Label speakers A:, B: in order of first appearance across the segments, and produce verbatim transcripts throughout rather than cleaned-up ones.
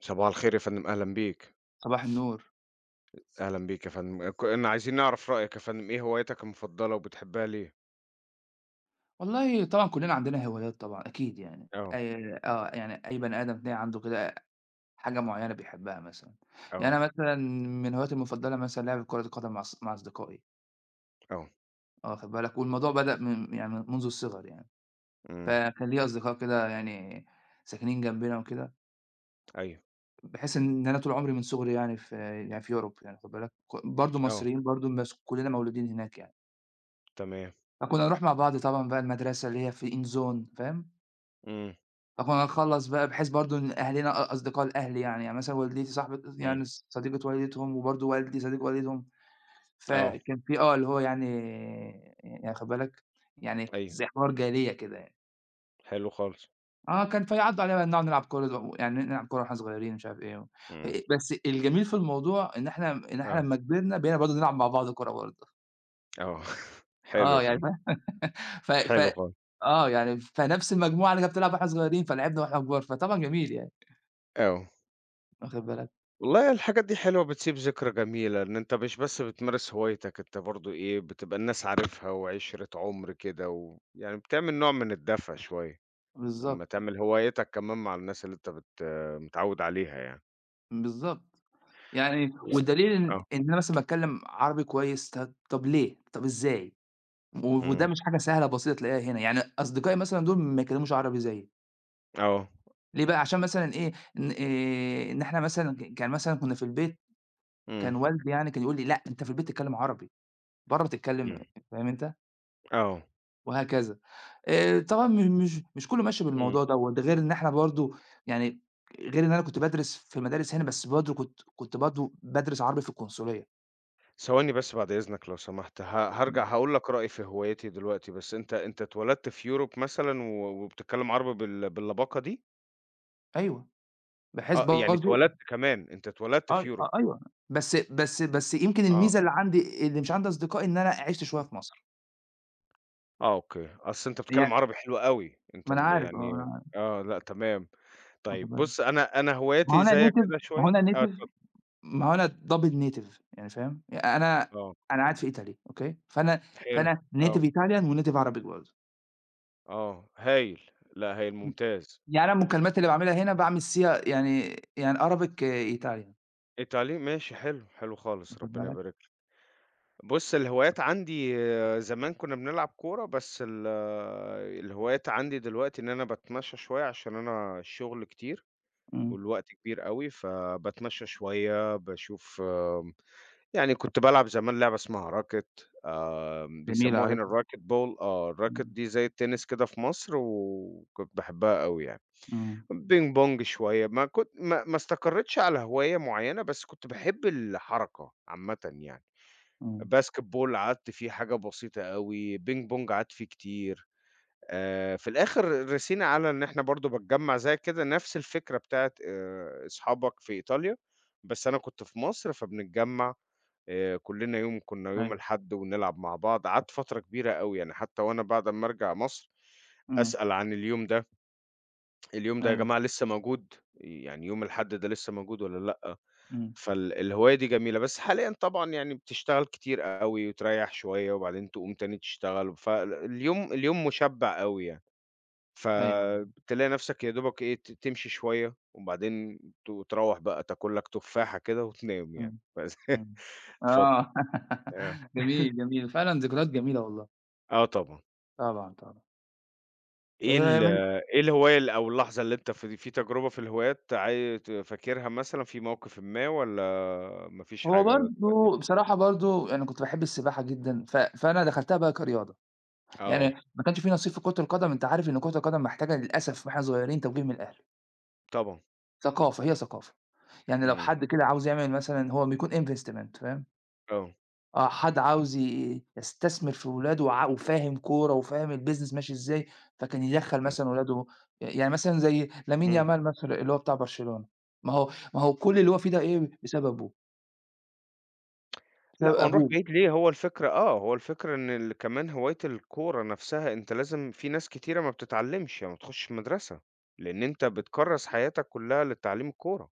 A: صباح الخير يا فندم، أهلًا بيك.
B: صباح النور.
A: أهلًا بيك يا فندم، كنا عايزين نعرف رأيك يا فندم، إيه هواياتك المفضلة وبتحبها ليه؟
B: والله طبعًا كُلّنا عندنا هوايات طبعًا أكيد يعني،
A: آه.
B: آآ آه، يعني أي بني آدم تلاقي عنده كده حاجة معيّنة بيحبها مثلًا، يعني
A: آه.
B: أنا مثلًا من هواياتي المفضلة مثلًا لعب كرة القدم مع أص مع أصدقائي،
A: آه.
B: اه واخد بالك، والموضوع بدأ من يعني منذ الصغر يعني،
A: إمم.
B: فكان ليّا أصدقاء كده يعني ساكنين جنبنا وكده،
A: أيوه.
B: بحيث إن أنا طول عمري من صغري يعني في يعني في Europe يعني واخد بالك، ك برضه
A: آه.
B: مصريين برضه بس كُلّنا مولودين هناك يعني،
A: تمام.
B: فكُنّا نروح مع بعض طبعًا بقى المدرسة اللي هي في إنزون فاهم؟
A: إمم.
B: طبعًا أخلّص بقى بحيث برضه إن أهلنا أ أصدقاء الأهل يعني، يعني مثلًا والدتي صاحبة
A: إمم.
B: يعني ص صديقة والدتهم، وبرضه والدي صديق والدهم،
A: آه.
B: فكان في آه، اللي هو يعني يعني واخد بالك، يعني
A: أيوه.
B: زي حوار جارية كده يعني.
A: حلو خالص.
B: آه، كان فيعدّوا علينا بقى نقعد نلعب كورة ز يعني نلعب كورة واحنا صغيرين مش عارف إيه و
A: إمم.
B: آآ بس الجميل في الموضوع إن إحنا إن إحنا
A: آه.
B: لمّا كبرنا بقينا برضه نلعب مع بعض كورة برضه.
A: آه. حلو يا
B: آه، يعني
A: فندم.
B: فاهم ف
A: حلو
B: ف
A: خالص.
B: آه، يعني فنفس المجموعة اللي كانت بتلعب واحنا صغيرين، فلعبنا واحنا كبار، فطبعًا جميل يعني،
A: آه.
B: واخد بالك،
A: والله الحاجات دي حلوة بتسيب ذكرى جميلة، إن أنت مش بس بتمارس هوايتك، أنت برضه إيه، بتبقى الناس عارفها وعِشرة عُمر كده، ويعني بتعمل نوع من الدفى شوية. لمّا
B: بالضبط،
A: تعمل هوايتك كمان مع الناس اللي أنت بت متعوّد عليها يعني.
B: بالضبط. يعني
A: و.
B: والدليل إن
A: آه.
B: إن أنا مثلًا باتكلّم عربي كويس، ط طب ليه؟ طب إزاي؟ و وده
A: إمم.
B: مش حاجة سهلة بسيطة تلاقيها هنا، يعني أصدقائي مثلًا دول ما يتكلّموش عربي زيي،
A: آه.
B: ليه بقى؟ عشان مثلًا إيه، إن آآ إن إحنا مثلًا ك كان مثلًا كُنّا في البيت،
A: إمم.
B: كان والدي يعني كان يقول لي: "لأ، أنت في البيت تتكلّم عربي، برّه تتكلّم"
A: إمم.
B: فاهم أنت؟
A: آه.
B: وهكذا. آآ طبعًا م مش مش كُلّه ماشي
A: إمم.
B: بالموضوع دوّة، ده وده غير إن إحنا برضه يعني غير إن أنا كنت بادرس في مدارس هنا، بس برضه كنت كنت برضه بادرس عربي في القنصلية.
A: ثواني بس بعد إذنك لو سمحت. ه هارجع
B: إمم.
A: هاقول لك رأيي في هوايتي دلوقتي، بس أنت أنت اتولدت في Europe مثلًا و وبتتكلم عربي بال باللباقة دي؟
B: أيوه. بحيث
A: آه، يعني
B: برضه
A: اتولدت كمان، أنت اتولدت
B: آه،
A: في Europe.
B: آه، أيوه، بس بس بس يمكن
A: آه.
B: الميزة اللي عندي اللي مش عند أصدقائي إن أنا عِشت شوية في مصر،
A: آه أوكي، أصل أنت بتتكلم
B: يعني
A: عربي حلو أوي، أنت
B: ما أنا
A: م
B: عارف آه، ما
A: يعني.
B: أنا عارف،
A: آه، لأ تمام.
B: واخد
A: طيب
B: بالي،
A: بُص أنا أنا
B: ما هو
A: هواياتي
B: أنا
A: زيّك
B: native
A: كده
B: ما هو
A: شوية
B: أنا
A: آه
B: native
A: اتفضل.
B: ما هو أنا double native يعني فاهم، يعني أنا
A: آه.
B: أنا قاعد في إيطالي أوكي، فأنا
A: حلو.
B: فأنا
A: آه.
B: native Italian وnative Arabic برضه،
A: آه، هايل، لأ هايل ممتاز.
B: يعني أنا المكالمات اللي باعملها هنا باعمل سيغ يعني يعني Arabic Italian
A: التعليم ماشي حلو، حلو خالص
B: واخد
A: ربنا
B: بالك،
A: يبارك لك. بُص الهوايات عندي آه، زمان كنا بنلعب كورة، بس ال آه، الهوايات عندي دلوقتي إن أنا باتمشى شوية عشان أنا الشغل كتير
B: إمم،
A: والوقت كبير أوي، فباتمشى شوية، باشوف آمم، يعني كنت بالعب زمان لعبة اسمها راكت آمم،
B: جميلة
A: بيسموها هنا
B: عارفها،
A: الراكت بول آه، الراكت
B: إمم،
A: دي زي التنس كده في مصر وكنت باحبها أوي يعني.
B: إمم،
A: بينج بونج شوية، ما كنت ما ما استقريتش على هواية معيّنة، بس كنت باحب الحركة عامةً يعني.
B: إمم،
A: باسكت بول قعدت فيه حاجة بسيطة أوي، بينج بونج قعدت فيه كتير. آآ في الآخر رسينا على إن إحنا برضه بنجمّع زي كده نفس الفكرة بتاعة آآ أصحابك في إيطاليا، بس أنا كنت في مصر فبنتجمّع آآ كلّنا يوم كنا يوم
B: أيوه،
A: الأحد ونلعب مع بعض، قعدت فترة كبيرة أوي يعني حتى وأنا بعد أمّا أرجع مصر
B: إمم،
A: أسأل عن اليوم ده. اليوم ده يا
B: أيوه،
A: جماعة لسه موجود، يعني يوم الحد ده لسه موجود والّا لأ؟
B: إمم،
A: فالهواية دي جميلة، بس حاليًا طبعًا يعني بتشتغل كتير أوي وتريّح شوية وبعدين تقوم تاني تشتغل، فاليوم اليوم مُشبَّع أوي يعني،
B: أيوه،
A: فتلاقي نفسك يا دوبك إيه ت تمشي شوية وبعدين ت تروّح بقى تاكل لك تفاحة كده وتنام يعني،
B: إمم.
A: بس
B: إمم.
A: اتفضل.
B: آه.
A: آه.
B: جميل، جميل. فعلًا ذكريات جميلة والله.
A: آه طبعًا.
B: طبعًا، طبعًا.
A: إيه
B: آآ
A: ال
B: من
A: إيه الهواية ال أو اللحظة اللي أنت في في تجربة في الهوايات عاي ت فاكرها مثلًا في موقفٍ ما والّا ما فيش
B: هو
A: حاجة دلوقتي؟
B: برضه بصراحة برضه أنا كنت باحب السباحة جدًا، ف فأنا دخلتها بقى كرياضة. يعني
A: آه.
B: ما كانش في نصيب في كرة القدم، أنت عارف إن كرة القدم محتاجة للأسف وإحنا صغيرين توجيه من الأهل.
A: طبعًا.
B: ثقافة، هي ثقافة. يعني لو
A: إمم.
B: حد كده عاوز يعمل مثلًا هو بيكون investment فاهم؟
A: آه.
B: آه، حد عاوز ي يستثمر في ولاده وع وفاهم كورة وفاهم الbusiness ماشي إزاي، فكان يدخّل
A: إمم.
B: مثلًا ولاده يعني مثلًا زي لامين
A: إمم.
B: يامال مثلًا اللي هو بتاع برشلونة، ما هو ما هو كل اللي هو فيه ده إيه، بسببه،
A: لأ
B: بسبب
A: وهنروح
B: أبوه
A: بعيد ليه، هو الفكرة آه، هو الفكرة إن ال كمان هواية الكورة نفسها أنت لازم في ناس كتيرة ما بتتعلمش، يعني ما بتخشش مدرسة، لإن أنت بتكرّس حياتك كلها لتعليم الكورة.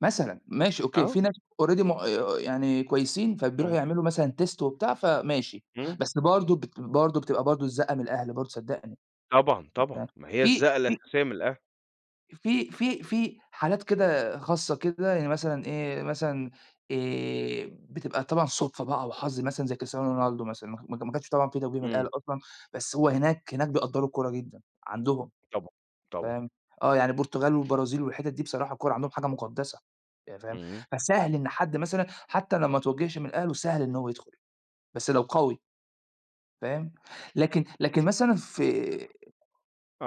B: مثلًا، ماشي أوكي، في
A: آه.
B: ناس already م آآ، يعني كويسين
A: إمم.
B: فبيروحوا يعملوا مثلًا test وبتاع فماشي،
A: إمم.
B: بس برضه بت برضه بتبقى برضه الزَّقّة من الأهل برضه صدّقني،
A: طبعًا،
B: ف-
A: طبعًا، ما هي
B: في
A: الزاوية الأساسية من الأهل.
B: في في في حالات كده خاصة كده، يعني مثلًا إيه، مثلًا آآ، بتبقى طبعًا صُدفة بقى وحظ مثلًا زي كريستيانو رونالدو مثلًا، ما ك ما كانش طبعًا في توجيه من
A: إمم.
B: الأهل أصلًا، بس هو هناك هناك بيقدّروا الكورة جدًا، عندهم
A: طبعًا. طبعًا.
B: فاهم، آه، يعني البرتغال والبرازيل والحتت دي بصراحة الكورة عندهم حاجة مقدسة، يعني فاهم،
A: اهم.
B: فسهل إن حد مثلًا حتى لو ما توجهش من أهله سهل إن هو يدخل، بس لو قوي فاهم، لكن لكن مثلًا في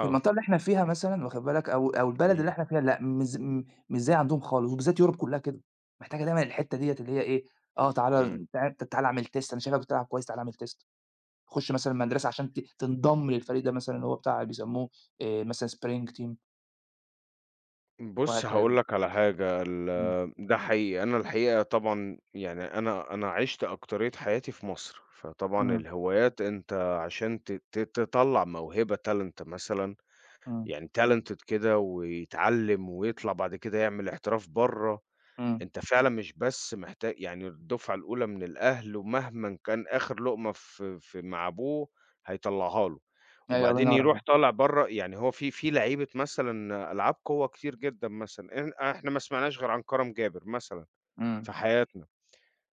B: في المنطقة اللي إحنا فيها مثلًا واخد بالك، أو أو البلد اللي إحنا فيها لأ، مش ز م مش زي عندهم خالص، وبالذات يوروب كلّها كده، محتاجة دايمًا الحتّة ديّة اللي هي إيه، آه
A: إمم.
B: تعالَ تع تعالَ اعمل test أنا شايفك بتلعب كويس تعالَ اعمل test خُش مثلًا مدرسة عشان ت تنضم للفريق ده مثلًا اللي هو بتاع بيسموه آآ مثلًا spring team
A: بُص
B: وهكذا،
A: هاقول لك على حاجة. ال
B: إمم،
A: ده إمم. حقيقي، أنا الحقيقة طبعًا يعني أنا أنا عِشت أكترية حياتي في مصر، فطبعًا
B: إمم،
A: الهوايات أنت عشان ت ت تطلّع موهبة talent مثلًا،
B: إمم،
A: يعني talented كده ويتعلّم ويطلع بعد كده يعمل احتراف برّه.
B: إمم،
A: أنت فعلًا مش بس محتا يعني الدفعة الأولى من الأهل ومهمًا كان آخر لقمة في في مع أبوه هيطلّعها له،
B: أيوه الله
A: وبعدين
B: ينور
A: يروح
B: عليك،
A: طالع برّه يعني هو في في لعيبة مثلًا ألعاب قوة كتير جدًا مثلًا، إن إحنا ما سمعناش غير عن كرم جابر مثلًا
B: إمم،
A: في حياتنا،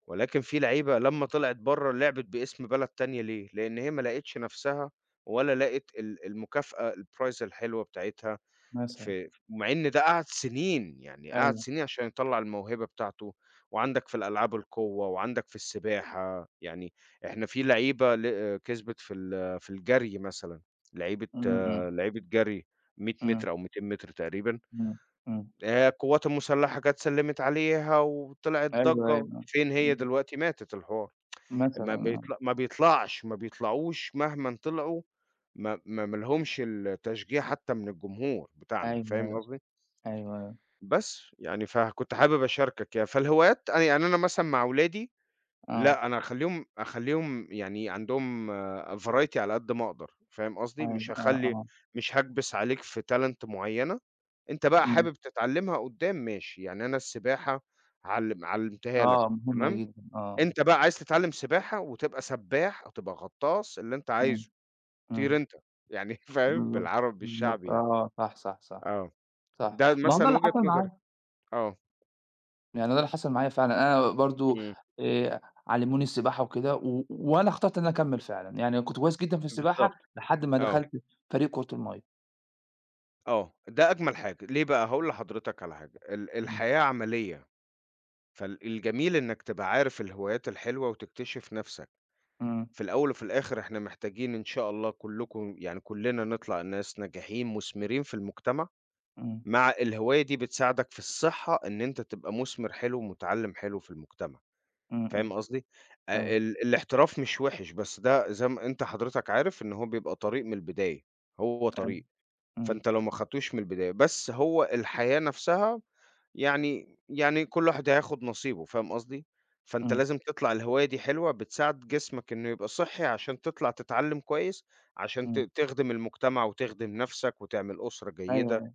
A: ولكن في لعيبة لمّا طلعت برّه لعبت باسم بلد تانية ليه؟ لإن هي ما لقيتش نفسها ولا لقت ال المكافأة الprize الحلوة بتاعتها.
B: مثلًا
A: في مع إن ده قعد سنين، يعني قعد
B: أيوه،
A: سنين عشان يطلّع الموهبة بتاعته، وعندك في الألعاب القوة، وعندك في السباحة، يعني إحنا في لعيبة ل كسبت في ال في الجري مثلًا، لعيبة
B: إمم،
A: آه،
B: إمم،
A: لعيبة جري 100
B: إمم،
A: متر أو 200 متر تقريبًا.
B: إمم، إمم،
A: آآ القوات المسلحة جات سلِّمت عليها وطلعت
B: أيوه،
A: ضجّة،
B: أيوه،
A: فين هي
B: إمم،
A: دلوقتي؟ ماتت الحوار.
B: مثلًا
A: ما
B: آه،
A: بيطل ما بيطلعش ما بيطلعوش مهمًا طلعوا. ما ما ما لهمش التشجيع حتى من الجمهور بتاعنا،
B: أيوه،
A: فاهم
B: أيوه،
A: قصدي؟
B: أيوه،
A: بس، يعني فكنت حابب أشاركك يعني، فالهوايات أنا يعني أنا مثلًا مع ولادي
B: آه،
A: لأ، أنا هاخلّيهم أخلّيهم يعني عندهم variety على قد ما أقدر، فاهم قصدي؟
B: أيوه،
A: مش
B: آه،
A: هاخلّي
B: آه.
A: مش هاكبِس عليك في talent معيّنة، أنت بقى
B: إمم،
A: حابب تتعلّمها قدّام ماشي، يعني أنا السباحة علّم علّمتها لك.
B: آه، مهمة
A: تمام،
B: جدًا، آه،
A: أنت بقى عايز تتعلّم سباحة وتبقى سبّاح أو تبقى غطاس اللي أنت
B: إمم،
A: عايزه، طير
B: إمم،
A: أنت، يعني فاهم
B: بالضبط،
A: بالعربي
B: بالضبط،
A: الشعبي يعني.
B: آه، صح، صح، صح،
A: آه.
B: صح،
A: ده
B: ما هو ده
A: مثلًا
B: اللي
A: وجهة
B: حصل
A: نظري.
B: معايا،
A: آه.
B: يعني ده اللي حصل معايا فعلًا، أنا برضه
A: إمم.
B: آآ، علموني السباحة وكده و وأنا اخترت إن أنا أكمّل فعلًا، يعني كنت كويس جدًا في السباحة
A: بالضبط.
B: لحد ما
A: آه.
B: دخلت فريق كرة المَيّة،
A: آه، ده أجمل حاجة، ليه بقى؟ هاقول لحضرتك على حاجة. ال
B: إمم،
A: الحياة عملية، فالجميل إنك تبقى عارف الهوايات الحلوة وتكتشف نَفْسك،
B: إمم،
A: في الأول وفي الآخر إحنا محتاجين إن شاء الله كلكم يعني كلنا نطلع ناس ناجحين مُثمرين في المجتمع،
B: إمم،
A: مع الهواية دي بتساعدك في الصحة إن أنت تبقى مُثمر حلو ومُتعلِّم حلو في المجتمع،
B: إمم، إمم،
A: فاهم قصدي؟ آآ
B: أيوه،
A: ال الاحتراف مش وِحِش، بس ده زي ما أنت حضرتك عارف إن هو بيبقى طريق من البداية، هو
B: أيوه،
A: طريق.
B: إمم،
A: فأنت لو ما خدتوش من البداية، بس هو الحياة نفسها يعني يعني كل واحد هياخد نصيبه، فاهم قصدي؟ فأنت
B: إمم،
A: لازم تطلع الهواية دي حلوة، بتساعد جسمك إنه يبقى صحّي عشان تطلع تتعلم كويس، عشان ت
B: إمم،
A: تخدم المجتمع وتخدم نفسك وتعمل أسرة
B: أيوه،
A: جيدة.
B: أيوه،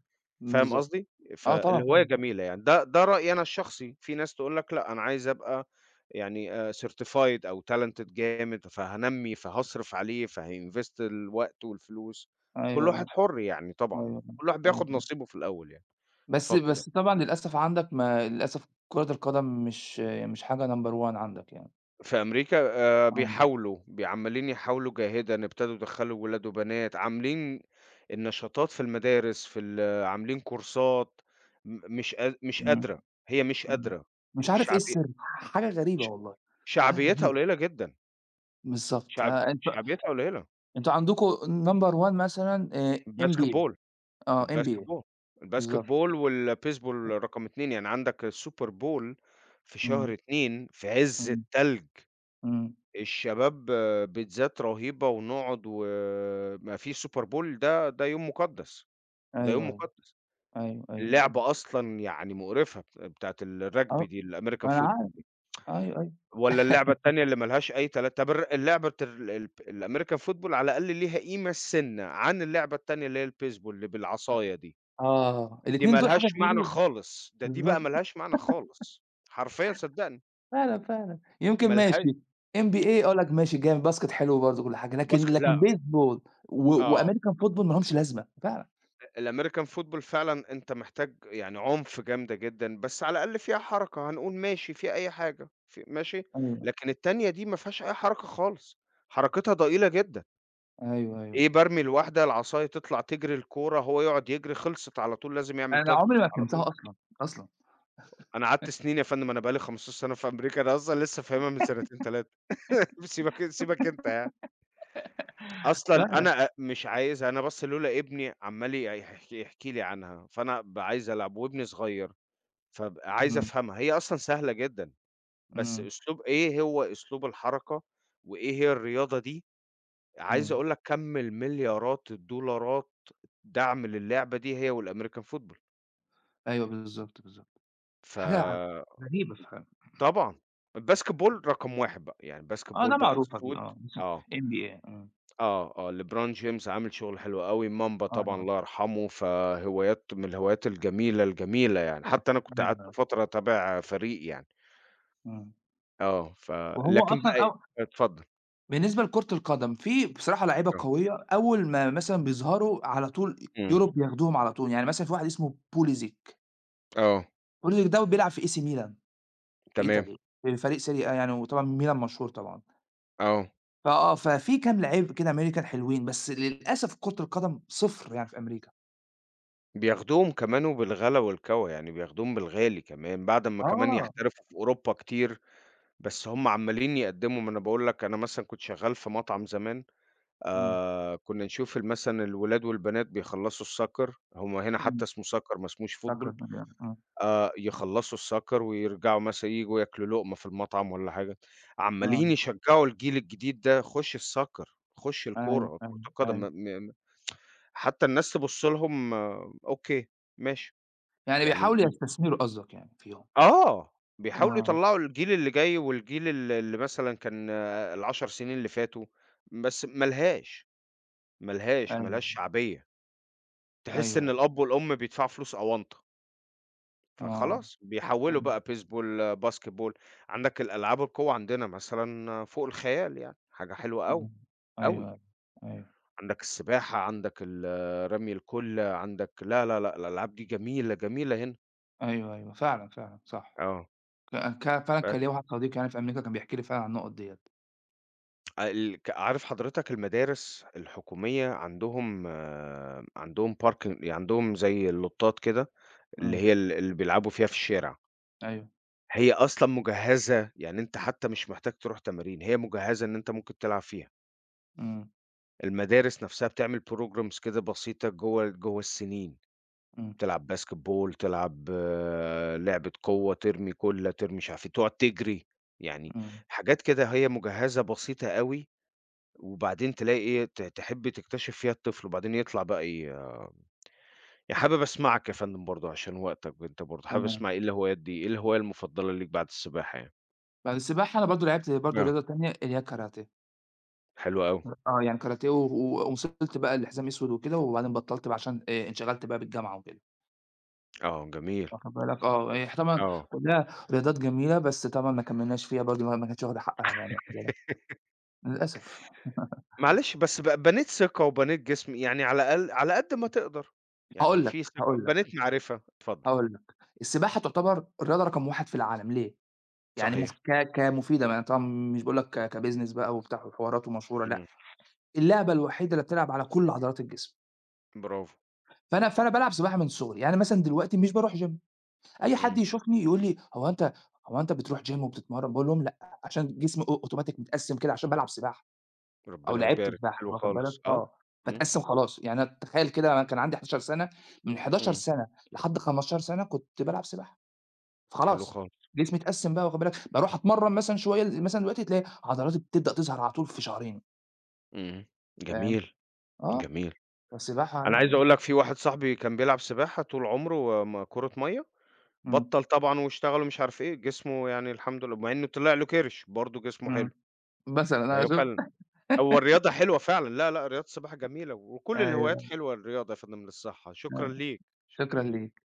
A: فاهم
B: بالضبط،
A: قصدي؟
B: آه طبعًا،
A: فالهواية
B: فاهم،
A: جميلة يعني، ده ده رأيي أنا الشخصي، في ناس تقول لك لأ أنا عايز أبقى يعني آآ certified أو talented جامد، فهانمّي، فهاصرف عليه، فهيinvest الوقت والفلوس. كل
B: أيوه،
A: واحد
B: أيوه،
A: حُر يعني طبعًا،
B: أيوه،
A: كل واحد بياخد
B: أيوه.
A: نصيبه في الأول يعني.
B: بس
A: اتفضل يعني.
B: بس طبعًا للأسف عندك ما للأسف كرة القدم مش مش حاجة number one عندك يعني.
A: في أمريكا آآ
B: آه،
A: بيحاولوا، بي عمّالين يحاولوا جاهدًا، ابتدوا يدخّلوا ولاد وبنات، عاملين النشاطات في المدارس، في ال عاملين كورسات. م مش قاد مش
B: إمم،
A: قادرة، هي مش
B: إمم.
A: قادرة.
B: مش عارف إيه
A: الشعبي
B: السر، حاجة غريبة
A: ش
B: والله، حاجة
A: شعبيتها
B: غريبة.
A: قليلة جدًا،
B: بالضبط،
A: شعب
B: آآ أنتم
A: شعبيتها قليلة.
B: أنتم عندكم number one مثلًا آآ إن بي إيه
A: الباسكتبول.
B: آه، إن بي إيه
A: الباسكتبول.
B: بالضبط،
A: الباسكتبول والبيسبول رقم اثنين يعني عندك السوبر بول في شهر
B: إمم،
A: اثنين في عز
B: إمم،
A: التلج.
B: إمم.
A: الشباب بيتزات رهيبة ونقعد وما فيش سوبر بول، ده ده يوم مُقدّس، ده يوم
B: أيوه، أيوه،
A: مُقدّس.
B: أيوه، أيوه.
A: اللعبة أصلًا يعني مقرفة بت بتاعة
B: آه،
A: الرجبي دي الAmerican
B: ما أنا عارف،
A: football.
B: أيوه، أيوه.
A: والّا اللعبة التانية اللي ما لهاش أي تلا طب الر اللعبة ال ال الأمريكان فوتبول على الأقل ليها قيمة السِنّة عن اللعبة التانية اللي هي البيسبول اللي بالعصاية دي،
B: آه،
A: دي
B: الاتنين
A: ما
B: دول
A: لهاش
B: حاجة
A: معنى
B: غريبة،
A: خالص، ده دي
B: بالضبط.
A: بقى ما لهاش معنى خالص، حرفيًا صدّقني
B: فعلًا، فعلًا. يمكن
A: ما لها.
B: ماشي إن بي إيه أقول لك ماشي جامد، باسكت حلو برضه وكل حاجة، لكن
A: الباسكت لأ.
B: لكن بيسبول و
A: آه.
B: وamerican football ما لهمش لازمة فعلًا.
A: الأمريكان فوتبول فعلًا أنت محتاج يعني عنف جامدة جدًا، بس على الأقل فيها حركة هنقول ماشي، فيها أي حاجة، ف ماشي.
B: أيوه،
A: لكن التانية دي ما فيهاش أي حركة خالص، حركتها ضئيلة جدًا.
B: أيوه، أيوه.
A: إيه بارمي الواحدة، العصاية تطلع تجري الكورة، هو يقعد يجري، خلصت على طول لازم يعمل
B: أنا
A: touch
B: عمري ما
A: على طول.
B: فهمتها أصلًا، أصلًا.
A: أنا قعدت سنين يا فندم، أنا بقى لي خمسة عشر سنة سَنة في أمريكا، أنا أصلًا لسه فاهمها من سنتين ثلاثة سيبك سيبك أنت يعني. أصلًا
B: فعلًا.
A: أنا أ مش عايز أنا بس لولا ابني عمّال ي يحكي يحكي لي عنها، فأنا بابقى عايز ألعب وابني صغير، فابقى عايز
B: إمم،
A: أفهمها. هي أصلًا سهلة جدًا، بس
B: إمم،
A: أسلوب إيه هو أسلوب الحركة، وإيه هي الرياضة دي. عايز
B: إمم.
A: أقول لك كَم المليارات الدولارات دعم للعبة دي هي والAmerican football.
B: أيوه بالضبط، بالضبط. حاجة ع
A: فطبعًا
B: غريبة فعلًا.
A: الBasketball رقم واحد بقى، يعني
B: آه،
A: الBasketball
B: ده
A: بقى
B: معروفة دي
A: السود.
B: آه، مثلًا
A: آه.
B: إن بي إيه إمم.
A: آه. آه، LeBron James عامل شغل حلو أوي، Mamba طبعًا
B: آه،
A: الله يرحمه، فهوايات من الهوايات الجميلة، الجميلة يعني، حتى أنا كنت قعدت
B: أيوه.
A: فترة أتابع فريق يعني.
B: إمم.
A: آه. ف.
B: وهو
A: لكن بقى
B: أصلًا
A: إيه،
B: أو
A: اتفضل.
B: بالنسبة لكرة القدم، في بصراحة لعيبة
A: آه.
B: قوية أول ما مثلًا بيظهروا على طول
A: إمم.
B: Europe بياخدوهم على طول، يعني مثلًا في واحد اسمه Pulisic،
A: آه.
B: Pulisic ده بيلعب في إيه سي ميلان في
A: تمام.
B: إيطاليا، في فريق Serie A يعني وطبعًا ميلان مشهور طبعًا،
A: آه.
B: فآه ففي كام لعيب كده American حلوين، بس للأسف كرة القدم صفر يعني في أمريكا.
A: بياخدوهم كمان وبالغلا والكوى، يعني بياخدوهم بالغالي كمان، بعد أمّا كمان
B: آه،
A: يحترفوا في أوروبا كتير. بس هم عمّالين يقدّموا، ما أنا باقول لك أنا مثلًا كنت شغّال في مطعم زمان.
B: إمم،
A: آآ كُنّا نشوف ال مثلًا الولاد والبنات بيخلّصوا الsoccer، هم هنا حتى
B: إمم،
A: اسمه soccer ما اسموش football.
B: فاكر إمم،
A: آآ يخلّصوا الsoccer ويرجعوا مثلًا ييجوا ياكلوا لقمة في المطعم والّا حاجة، عمّالين
B: إمم،
A: يشجّعوا الجيل الجديد ده، خُش الsoccer، خُش
B: أيوه،
A: الكورة،
B: أيوه،
A: كرة القدم
B: أيوه،
A: م م حتى الناس تبُص لهم آه، أوكي ماشي،
B: يعني
A: يعني
B: بيحاولوا يستثمروا قصدك يعني فيهم،
A: آه، بيحاولوا
B: آه،
A: يطلّعوا الجيل اللي جاي والجيل ال اللي مثلًا كان ال10 سنين اللي فاتوا، بس ما لهاش، ما لهاش، ما
B: أيوه،
A: لهاش شعبية،
B: أيوه،
A: تحس إن
B: أيوه،
A: الأب والأم بيدفعوا فلوس أونطة،
B: آه،
A: فخلاص
B: آه،
A: بيحوّلوا بقى بيسبول، آه، باسكتبول. عندك الألعاب القوة عندنا مثلًا آه، فوق الخيال يعني، حاجة حلوة أوي،
B: آه، أيوه،
A: أوي.
B: أيوه، أيوه.
A: عندك السباحة، عندك ال آه، رمي الكُلّة، عندك لا، لا، لأ، الألعاب دي جميلة، جميلة هنا.
B: أيوه، أيوه، فعلًا، فعلًا صح.
A: آه.
B: ك ك فعلًا
A: ب
B: كان ليّا واحد صديق يعني في أمريكا كان بيحكي لي فعلًا عن النُقط ديّة.
A: آآ ال ك عارف حضرتك المدارس الحكومية عندهم آه، عندهم parking يعني عندهم زي اللوتات كده، اللي
B: إمم،
A: هي ال اللي بيلعبوا فيها في الشارع،
B: أيوه،
A: هي أصلًا مجهّزة، يعني أنت حتى مش محتاج تروح تمارين، هي مجهّزة إن أنت ممكن تلعب فيها.
B: إمم،
A: المدارس نفسها بتعمل programs كده بسيطة جوّه جوّه السنين،
B: إمم،
A: تلعب basketball تلعب آه، لعبة قوة، ترمي كُلّة، ترمي مش عارف إيه، تقعد تجري، يعني
B: إمم،
A: حاجات كده هي مجهّزة بسيطة أوي وبعدين تلاقي إيه، ت تحبّي تكتشف فيها الطفل، وبعدين يطلع بقى ي حابب أسمعك يا فندم برضه عشان وقتك، أنت برضه حابب
B: تمام.
A: أسمع إيه الهوايات دي، إيه الهواية المفضلة ليك بعد السباحة يعني؟
B: بعد السباحة أنا برضه لعبت برضه
A: آه.
B: رياضة تانية اللي هي كاراتيه.
A: حلو أوي.
B: آه، يعني كاراتيه و و وصلت بقى لحزام أسود وكده وبعدين بطّلت بقى عشان آآ انشغلت بقى بالجامعة وكده،
A: آه جميل.
B: واخد بالك؟ آه، هي طبعًا
A: آه.
B: كلّها رياضات جميلة بس طبعًا ما كمّلناش فيها برضه ما ما كانتش واخدة حقّها يعني واخد بالك؟ للأسف.
A: معلش بس ب بنيت ثقة وبنيت جسم، يعني على الأقل على قد ما تقدر، يعني
B: هاقول لك،
A: في ثقة
B: هاقول لك،
A: بنيت معرفة، اتفضل.
B: هاقول لك. السباحة تعتبر الرياضة رقم واحد في العالم ليه؟ يعني مف
A: صحيح.
B: ك كمفيدة بقى، طبعًا مش باقول لك ك كbusiness بقى وبتاع وحوارات ومشهورة لأ،
A: إمم.
B: اللعبة الوحيدة اللي بتلعب على كل عضلات الجسم،
A: برافو.
B: فأنا فأنا بالعب سباحة من صغري، يعني مثلًا دلوقتي مش باروح gym أي حد
A: إمم.
B: يشوفني يقول لي: "هو أنت هو أنت بتروح gym وبتتمرن؟" باقول لهم: "لأ." عشان جسمي أو أوتوماتيك متقسّم كده عشان بالعب سباحة أو
A: ربنا
B: لعبت
A: يبارك،
B: سباحة
A: حلو
B: واخد بالك؟
A: خالص. آه.
B: آه،
A: إمم.
B: باتقسّم خلاص، يعني أنا تخيّل كده أنا كان عندي إحدعشر سَنة، من إحدعشر
A: إمم.
B: سَنة لحد خمستاشر سَنة كنت بالعب سباحة.
A: حلو
B: فخلاص
A: خالص.
B: جسمي اتقسّم بقى واخد بالك، باروح أتمرّن مثلًا شوية ل مثلًا دلوقتي تلاقي عضلاتي بتبدأ تظهر على طول في شهرين
A: إمم.
B: فاهم،
A: جميل.
B: آه،
A: جميل.
B: فالسباحة
A: أنا عايز
B: يعني
A: أقول لك في واحد صاحبي كان بيلعب سباحة طول عمره ما كورة مَيّة،
B: إمم،
A: بطّل طبعًا واشتغل ومش عارف إيه، جسمه يعني الحمد لله مع إنه طلع له كرش، برضه جسمه
B: إمم،
A: حلو.
B: مثلًا أنا
A: أيوه
B: شُفت
A: فعلًا، هو الرياضة حلوة فعلًا، لا، لأ، رياضة السباحة جميلة وكل الهوايات
B: أيوه،
A: حلوة الرياضة يا فندم للصحة. شكرًا
B: آه،
A: ليك. شكرًا
B: شكرًا
A: ليك.
B: ليك.